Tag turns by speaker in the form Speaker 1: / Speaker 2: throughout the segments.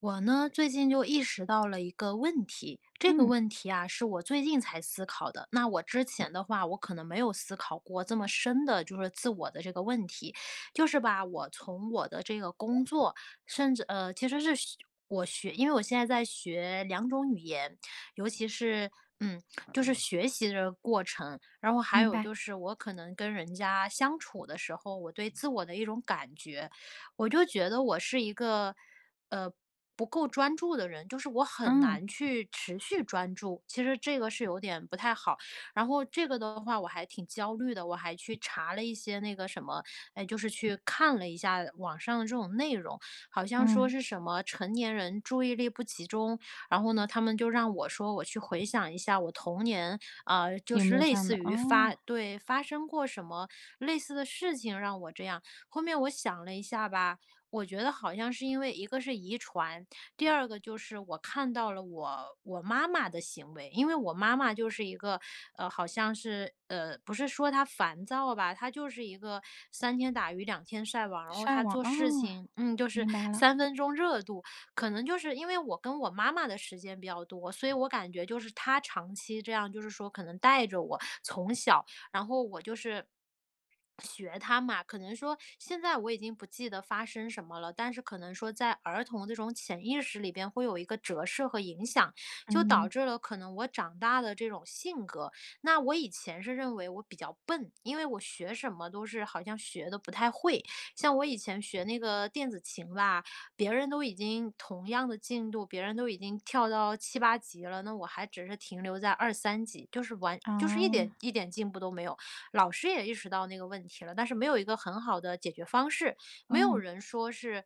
Speaker 1: 我呢，最近就意识到了一个问题，这个
Speaker 2: 嗯，
Speaker 1: 问题啊，是我最近才思考的。那我之前的话，我可能没有思考过这么深的，就是自我的这个问题。就是吧，我从我的这个工作，甚至其实我学，因为我现在在学2种语言，尤其是嗯，就是学习的过程，然后还
Speaker 2: 明
Speaker 1: 有
Speaker 2: 白。
Speaker 1: 就是我可能跟人家相处的时候，我对自我的一种感觉，我就觉得我是一个。呃，不够专注的人，就是我很
Speaker 2: 嗯，
Speaker 1: 难去持续专注，其实这个是有点不太好。然后这个的话我还挺焦虑的，我还去查了一些那个什么，哎，就是去看了一下网上的这种内容，好像说
Speaker 2: 嗯，
Speaker 1: 是什么成年人注意力不集中，然后呢，他们就让我说我去回想一下我童年，就
Speaker 2: 有没
Speaker 1: 是
Speaker 2: 有
Speaker 1: 类
Speaker 2: 这样
Speaker 1: 似
Speaker 2: 的？哦，
Speaker 1: 于发生过什么类似的事情让我这样。后面我想了一下吧，我觉得好像是因为一个是遗传，第二个就是我看到了我妈妈的行为，因为我妈妈就是一个，好像是不是说她烦躁吧，她就是一个三天打鱼两天晒网，然后
Speaker 2: 晒
Speaker 1: 她
Speaker 2: 网，
Speaker 1: 做事
Speaker 2: 哦，
Speaker 1: 情，就是
Speaker 2: 明白了。
Speaker 1: 三分钟热度，可能就是因为我跟我妈妈的时间比较多，所以我感觉就是她长期这样，就是说可能带着我从小。然后我就是学他嘛。可能说现在我已经不记得发生什么了，但是可能说在儿童这种潜意识里边会有一个折射和影响，就导
Speaker 2: 嗯，
Speaker 1: 致了可能我长大的这种性格。那我以前是认为我比较笨，因为我学什么都是好像学的不太会。像我以前学那个电子琴吧，别人都已经同样的进度，别人都已经跳到7、8级了，那我还只是停留在2、3级，就是就是一
Speaker 2: 啊
Speaker 1: 点一点进步都没有。老师也意识到那个问题了，但是没有一个很好的解决方式，没有
Speaker 2: 嗯，
Speaker 1: 人说是。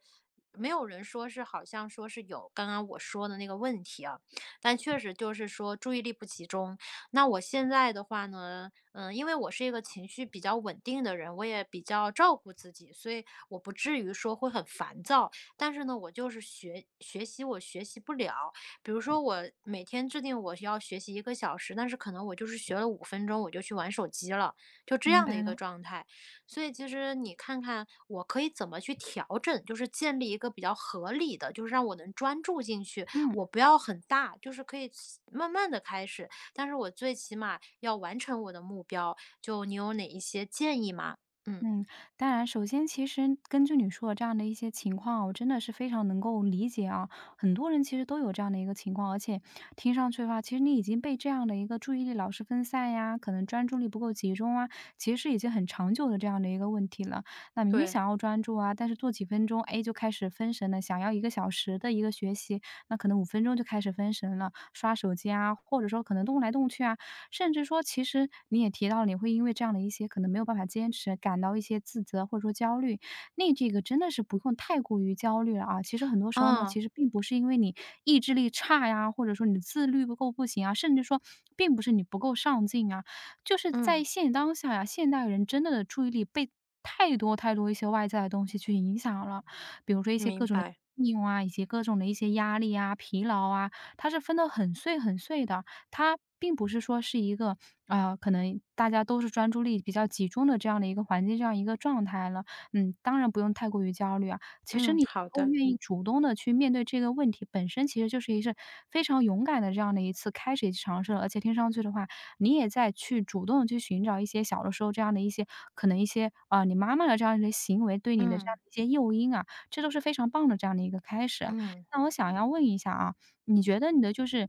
Speaker 1: 没有人说是好像说是有刚刚我说的那个问题啊，但确实就是说注意力不集中。那我现在的话呢，嗯，因为我是一个情绪比较稳定的人，我也比较照顾自己，所以我不至于说会很烦躁。但是呢，我就是学学习我学习不了。比如说我每天制定我要学习1个小时，但是可能我就是学了五分钟我就去玩手机了，就这
Speaker 2: 明
Speaker 1: 样的
Speaker 2: 白
Speaker 1: 一个
Speaker 2: 了，
Speaker 1: 状态。所以其实你看看我可以怎么去调整，就是建立一个比较合理的，就是让我能专注进去，
Speaker 2: 嗯。
Speaker 1: 我不要很大，就是可以慢慢的开始，但是我最起码要完成我的目标，就你有哪一些建议吗？嗯。
Speaker 2: 嗯，当然，首先其实根据你说的这样的一些情况啊我真的是非常能够理解啊。很多人其实都有这样的一个情况，而且听上去的话，其实你已经被这样的一个注意力老是分散呀，可能专注力不够集中啊，其实是已经很长久的这样的一个问题了。那明明
Speaker 1: 对。
Speaker 2: 想要专注啊，但是做几分钟，哎，就开始分神了，想要1个小时的一个学习，那可能五分钟就开始分神了，刷手机啊，或者说可能动来动去啊，甚至说其实你也提到你会因为这样的一些可能没有办法坚持，感到一些自责或者说焦虑。那这个真的是不用太过于焦虑了啊！其实很多时候呢，其
Speaker 1: 啊，
Speaker 2: 实并不是因为你意志力差呀，或者说你的自律不够不行啊，甚至说并不是你不够上进啊，就是在
Speaker 1: 嗯。
Speaker 2: 现当下呀，现代人真的的注意力被太多太多一些外在的东西去影响了，比如说一些各
Speaker 1: 明
Speaker 2: 种的
Speaker 1: 白。
Speaker 2: 应用啊，以及各种的一些压力啊、疲劳啊，它是分的很碎很碎的。它并不是说是一个啊、可能大家都是专注力比较集中的这样的一个环境，这样一个状态了。嗯，当然不用太过于焦虑啊。其实
Speaker 1: 嗯，
Speaker 2: 你能
Speaker 1: 好
Speaker 2: 够
Speaker 1: 的。
Speaker 2: 愿意主动的去面对这个问题，本身其实就是一次非常勇敢的这样的一次开始以及尝试了。而且听上去的话，你也在去主动地去寻找一些小的时候这样的一些可能一些啊、你妈妈的这样的行为对你的这样
Speaker 1: 嗯，
Speaker 2: 的一些诱因啊，这都是非常棒的这样的一个开始。
Speaker 1: 嗯，
Speaker 2: 那我想要问一下啊，你觉得你的就是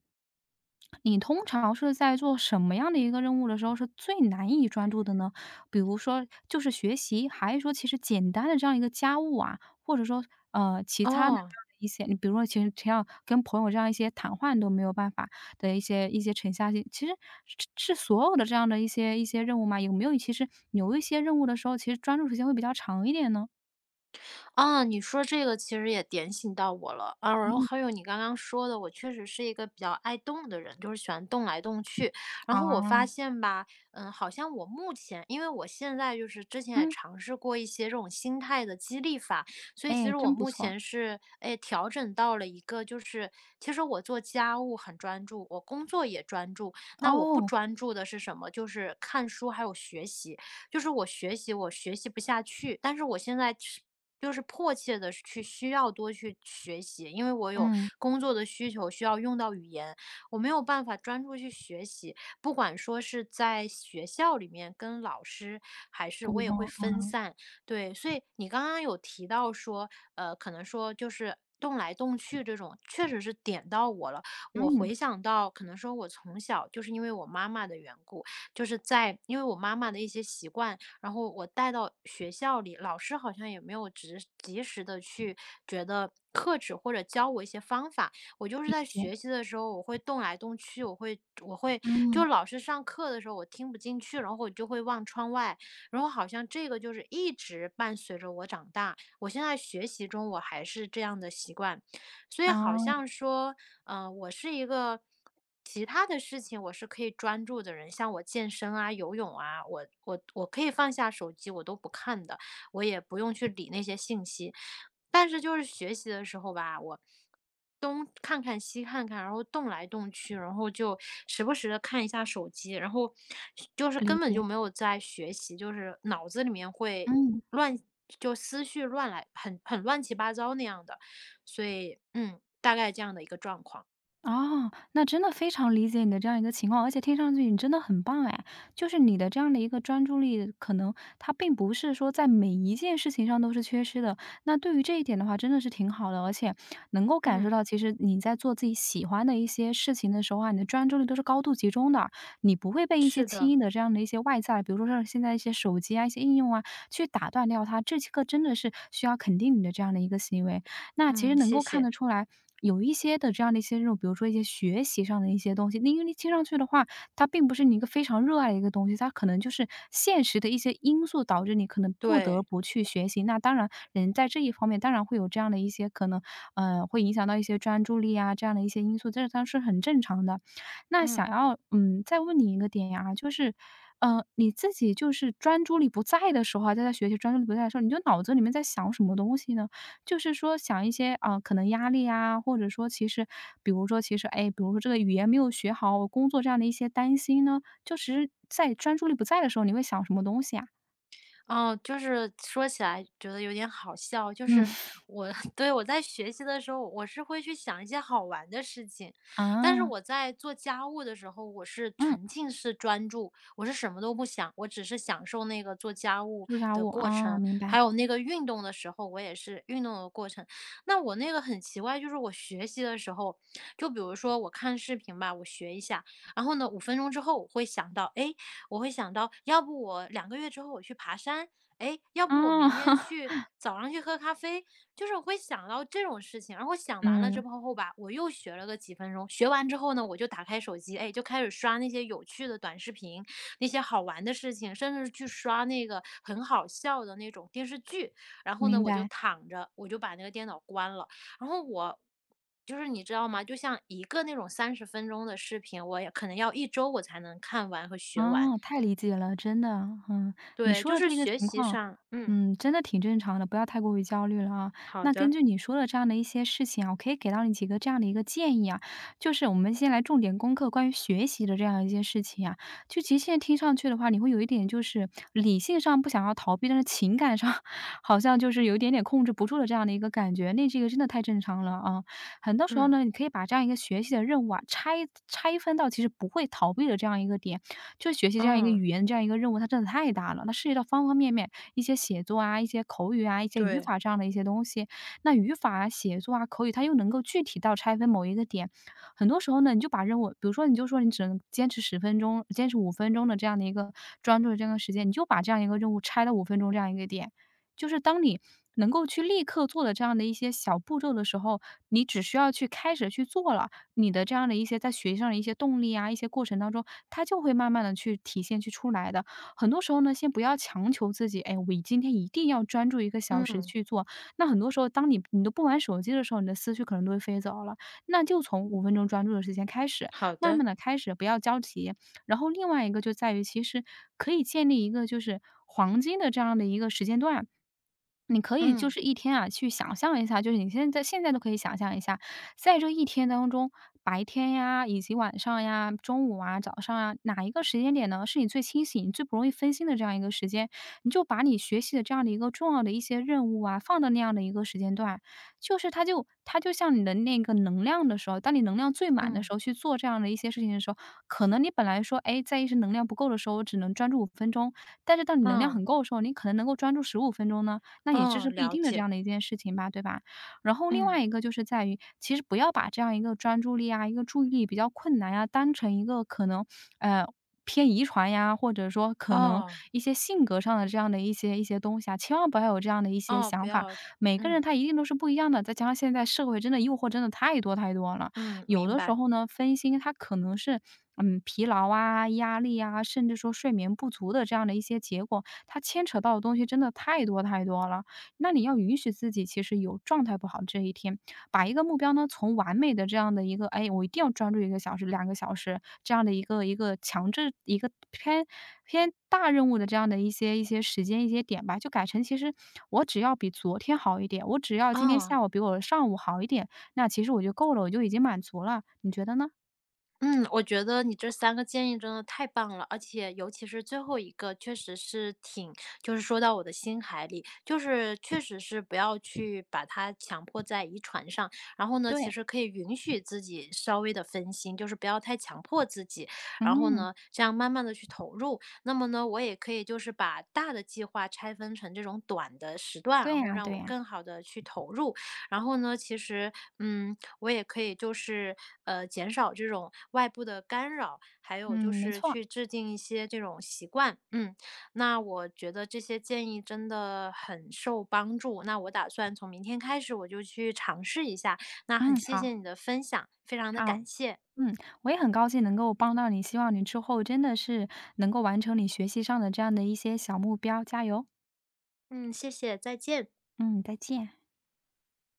Speaker 2: 你通常是在做什么样的一个任务的时候是最难以专注的呢？比如说就是学习，还是说其实简单的这样一个家务啊，或者说，其他的这
Speaker 1: 哦，
Speaker 2: 样的一些你比如说其实只要跟朋友这样一些谈话你都没有办法的一些一些沉下心其实是是所有的这样的一些一些任务吗？有没有其实有一些任务的时候，其实专注时间会比较长一点呢？
Speaker 1: 啊，你说这个其实也点醒到我了啊。然后
Speaker 2: 嗯。
Speaker 1: 还有你刚刚说的，我确实是一个比较爱动的人，就是喜欢动来动去。然后我发
Speaker 2: 啊，
Speaker 1: 现吧，好像我目前，因为我现在就是之前也
Speaker 2: 嗯，
Speaker 1: 尝试过一些这种心态的激励法，所以其
Speaker 2: 哎，
Speaker 1: 实我
Speaker 2: 真不
Speaker 1: 目
Speaker 2: 错。
Speaker 1: 前是哎调整到了一个，就是其实我做家务很专注，我工作也专注。那我不
Speaker 2: 哦，
Speaker 1: 专注的是什么？就是看书还有学习。就是我学习，我学习不下去，但是我现在是就是迫切的去需要多去学习，因为我有
Speaker 2: 嗯，
Speaker 1: 工作的需求需要用到语言，我没有办法专注去学习。不管说是在学校里面跟老师，还是
Speaker 2: 沟
Speaker 1: 我也会
Speaker 2: 通，
Speaker 1: 分
Speaker 2: 嗯，
Speaker 1: 散。对，所以你刚刚有提到说，可能说就是动来动去这种，确实是点到我了。我
Speaker 2: 嗯，
Speaker 1: 回想到，可能说我从小就是因为我妈妈的缘故，就是在因为我妈妈的一些习惯，然后我带到学校里，老师好像也没有及时的去觉得克制或者教我一些方法。我就是
Speaker 2: 理
Speaker 1: 在
Speaker 2: 解，
Speaker 1: 学习的时候，我会动来动去，我会就
Speaker 2: 嗯。
Speaker 1: 老师上课的时候我听不进去，然后我就会望窗外，然后好像这个就是一直伴随着我长大。我现在学习中我还是这样的习惯，所以好
Speaker 2: 哦，
Speaker 1: 像说。嗯，我是一个其他的事情我是可以专注的人，像我健身啊、游泳啊，我可以放下手机，我都不看的，我也不用去理那些信息。但是就是学习的时候吧，我东看看西看看，然后动来动去，然后就时不时的看一下手机，然后就是
Speaker 2: 理
Speaker 1: 根本就
Speaker 2: 解，
Speaker 1: 没有在学习，就是脑子里面会
Speaker 2: 嗯，
Speaker 1: 乱，就思绪乱来，很乱七八糟那样的。所以，嗯，大概这样的一个状况。
Speaker 2: 哦，那真的非常理解你的这样一个情况，而且听上去你真的很棒哎，就是你的这样的一个专注力，可能它并不是说在每一件事情上都是缺失的。那对于这一点的话，真的是挺好的，而且能够感受
Speaker 1: 嗯，
Speaker 2: 到，其实你在做自己喜欢的一些事情的时候啊，你的专注力都是高度集中的，你不会被一些
Speaker 1: 是
Speaker 2: 轻
Speaker 1: 的，
Speaker 2: 易的这样的一些外在，比如说像现在一些手机啊、一些应用啊，去打断掉它。这个真的是需要肯定你的这样的一个行为。那其实
Speaker 1: 嗯，
Speaker 2: 能
Speaker 1: 谢
Speaker 2: 够看
Speaker 1: 谢。
Speaker 2: 得出来，有一些的这样的一些这种，比如说一些学习上的一些东西，因为你听上去的话，它并不是你一个非常热爱的一个东西，它可能就是现实的一些因素导致你可能不得
Speaker 1: 对，
Speaker 2: 不去学习。那当然，人在这一方面当然会有这样的一些可能，会影响到一些专注力啊这样的一些因素，这它是很正常的。那想
Speaker 1: 嗯。
Speaker 2: 要再问你一个点呀，就是，你自己就是专注力不在的时候啊，在学习专注力不在的时候，你就脑子里面在想什么东西呢？就是说想一些，啊，可能压力啊，或者说其实比如说其实，哎，比如说这个语言没有学好，我工作这样的一些担心呢，就其实在专注力不在的时候，你会想什么东西啊？
Speaker 1: 哦，就是说起来觉得有点好笑，就
Speaker 2: 嗯。
Speaker 1: 是我 对，我在学习的时候，我是会去想一些好玩的事情，但是
Speaker 2: 啊，
Speaker 1: 我在做家务的时候，我是
Speaker 2: 嗯，
Speaker 1: 沉浸式专注，我是什么都不想，我只是享受那个做家务
Speaker 2: 朱砂
Speaker 1: 的
Speaker 2: 物，
Speaker 1: 过
Speaker 2: 啊，
Speaker 1: 程，
Speaker 2: 明
Speaker 1: 还
Speaker 2: 白，
Speaker 1: 有那个运动的时候，我也是运动的过程。那我那个很奇怪，就是我学习的时候，就比如说我看视频吧，我学一下，然后呢，五分钟之后我会想到，哎，我会想到，要不我2个月之后我去爬山，哎，要
Speaker 2: 啊，
Speaker 1: 不我明 天去早上去喝咖啡，就是我会想到这种事情。然后想完了之
Speaker 2: 嗯，
Speaker 1: 后吧，我又学了个几分钟，学完之后呢，我就打开手机，哎，就开始刷那些有趣的短视频，那些好玩的事情，甚至去刷那个很好笑的那种电视剧。然后呢，
Speaker 2: 明
Speaker 1: 我就
Speaker 2: 白。
Speaker 1: 躺着，我就把那个电脑关了。然后我就是你知道吗？就像一个那种30分钟的视频，我也可能要一周我才能看完和学完。
Speaker 2: 哦，太理解了，真的，嗯，你
Speaker 1: 对，
Speaker 2: 说
Speaker 1: 就
Speaker 2: 的
Speaker 1: 是
Speaker 2: 这个
Speaker 1: 学
Speaker 2: 情
Speaker 1: 习
Speaker 2: 况，
Speaker 1: 上嗯，
Speaker 2: 嗯，真的挺正常的，不要太过于焦虑了啊。
Speaker 1: 好
Speaker 2: 那根
Speaker 1: 的，
Speaker 2: 据你说的这样的一些事情啊，我可以给到你几个这样的一个建议啊，就是我们先来重点攻克关于学习的这样一些事情啊。就其实现在听上去的话，你会有一点就是理性上不想要逃避，但是情感上 好像就是有一点点控制不住的这样的一个感觉，那这个真的太正常了啊。很多时候
Speaker 1: 嗯，
Speaker 2: 呢，你可以把这样一个学习的任务啊拆分到其实不会逃避的这样一个点。就学习这样一个
Speaker 1: 哦，
Speaker 2: 语言这样一个任务，它真的太大了，它涉及到方方面面，一些写作啊，一些口语啊，一些语
Speaker 1: 对，
Speaker 2: 法这样的一些东西。那语法啊、写作啊、口语，它又能够具体到拆分某一个点。很多时候呢，你就把任务，比如说你就说你只能坚持10分钟，坚持五分钟的这样的一个专注的这样一个时间，你就把这样一个任务拆到五分钟这样一个点。就是当你能够去立刻做的这样的一些小步骤的时候，你只需要去开始去做了，你的这样的一些在学习上的一些动力啊，一些过程当中，它就会慢慢的去体现、去出来的。很多时候呢，先不要强求自己，哎，我今天一定要专注一个小时
Speaker 1: 嗯，
Speaker 2: 去做。那很多时候，当你都不玩手机的时候，你的思绪可能都会飞走了。那就从五分钟专注的时间开始，
Speaker 1: 好
Speaker 2: 慢
Speaker 1: 的，
Speaker 2: 慢的开始，不要着急。然后另外一个就在于，其实可以建立一个就是黄金的这样的一个时间段。你可以就
Speaker 1: 嗯，
Speaker 2: 是一天啊，去想象一下，就是你现在都可以想象一下，在这一天当中，白天呀，以及晚上呀、中午啊、早上啊，哪一个时间点呢，是你最清醒、你最不容易分心的这样一个时间？你就把你学习的这样的一个重要的一些任务啊，放到那样的一个时间段，就是它就像你的那个能量的时候，当你能量最满的
Speaker 1: 嗯，
Speaker 2: 时候去做这样的一些事情的时候，可能你本来说，哎，在一些能量不够的时候，我只能专注五分钟，但是当你能量
Speaker 1: 嗯，
Speaker 2: 很够的时候，你可能能够专注15分钟呢。那也这
Speaker 1: 哦，
Speaker 2: 是不一
Speaker 1: 了
Speaker 2: 定的这
Speaker 1: 解，
Speaker 2: 样的一件事情吧，对吧？然后另
Speaker 1: 嗯，
Speaker 2: 外一个就是在于，其实不要把这样一个专注力啊，一个注意力比较困难呀、当成一个可能呃偏遗传呀，或者说可能
Speaker 1: 哦，
Speaker 2: 一些性格上的这样的一些东西啊，千万不要有这样的一些
Speaker 1: 哦，不
Speaker 2: 想法。
Speaker 1: 要
Speaker 2: 每个人
Speaker 1: 嗯，
Speaker 2: 他一定都是不一样的，再加上现在社会真的诱惑真的太多太多了，
Speaker 1: 嗯，
Speaker 2: 有
Speaker 1: 明
Speaker 2: 的时
Speaker 1: 白，
Speaker 2: 候呢，分心他可能是。嗯，疲劳啊、压力啊，甚至说睡眠不足的这样的一些结果，它牵扯到的东西真的太多太多了。那你要允许自己其实有状态不好这一天，把一个目标呢，从完美的这样的一个，哎，我一定要专注一个小时、2个小时这样的一个强制一个偏大任务的这样的一些时间、一些点吧，就改成其实我只要比昨天好一点，我只要今天
Speaker 1: 哦。
Speaker 2: 下午比我上午好一点，那其实我就够了，我就已经满足了，你觉得呢？
Speaker 1: 嗯，我觉得你这三个建议真的太棒了，而且尤其是最后一个确实是挺就是说到我的心海里，就是确实是不要去把它强迫在遗传上，然后呢，其
Speaker 2: 对。
Speaker 1: 实可以允许自己稍微的分心，就是不要太强迫自己，然后
Speaker 2: 嗯，
Speaker 1: 呢，这样慢慢的去投入。那么呢，我也可以就是把大的计划拆分成这种短的时段，
Speaker 2: 对
Speaker 1: 然后
Speaker 2: 呀
Speaker 1: 让
Speaker 2: 对
Speaker 1: 我
Speaker 2: 呀，
Speaker 1: 更好的去投入。然后呢，其实，嗯，我也可以就是，减少这种外部的干扰，还有就
Speaker 2: 嗯，没
Speaker 1: 是
Speaker 2: 错，
Speaker 1: 去制定一些这种习惯。嗯，那我觉得这些建议真的很受帮助，那我打算从明天开始我就去尝试一下，那
Speaker 2: 嗯，
Speaker 1: 很谢谢
Speaker 2: 好，
Speaker 1: 你的分享，非常的
Speaker 2: 好。
Speaker 1: 感谢。
Speaker 2: 嗯，我也很高兴能够帮到你，希望你之后真的是能够完成你学习上的这样的一些小目标，加油！
Speaker 1: 嗯，谢谢，再见。
Speaker 2: 嗯，再见。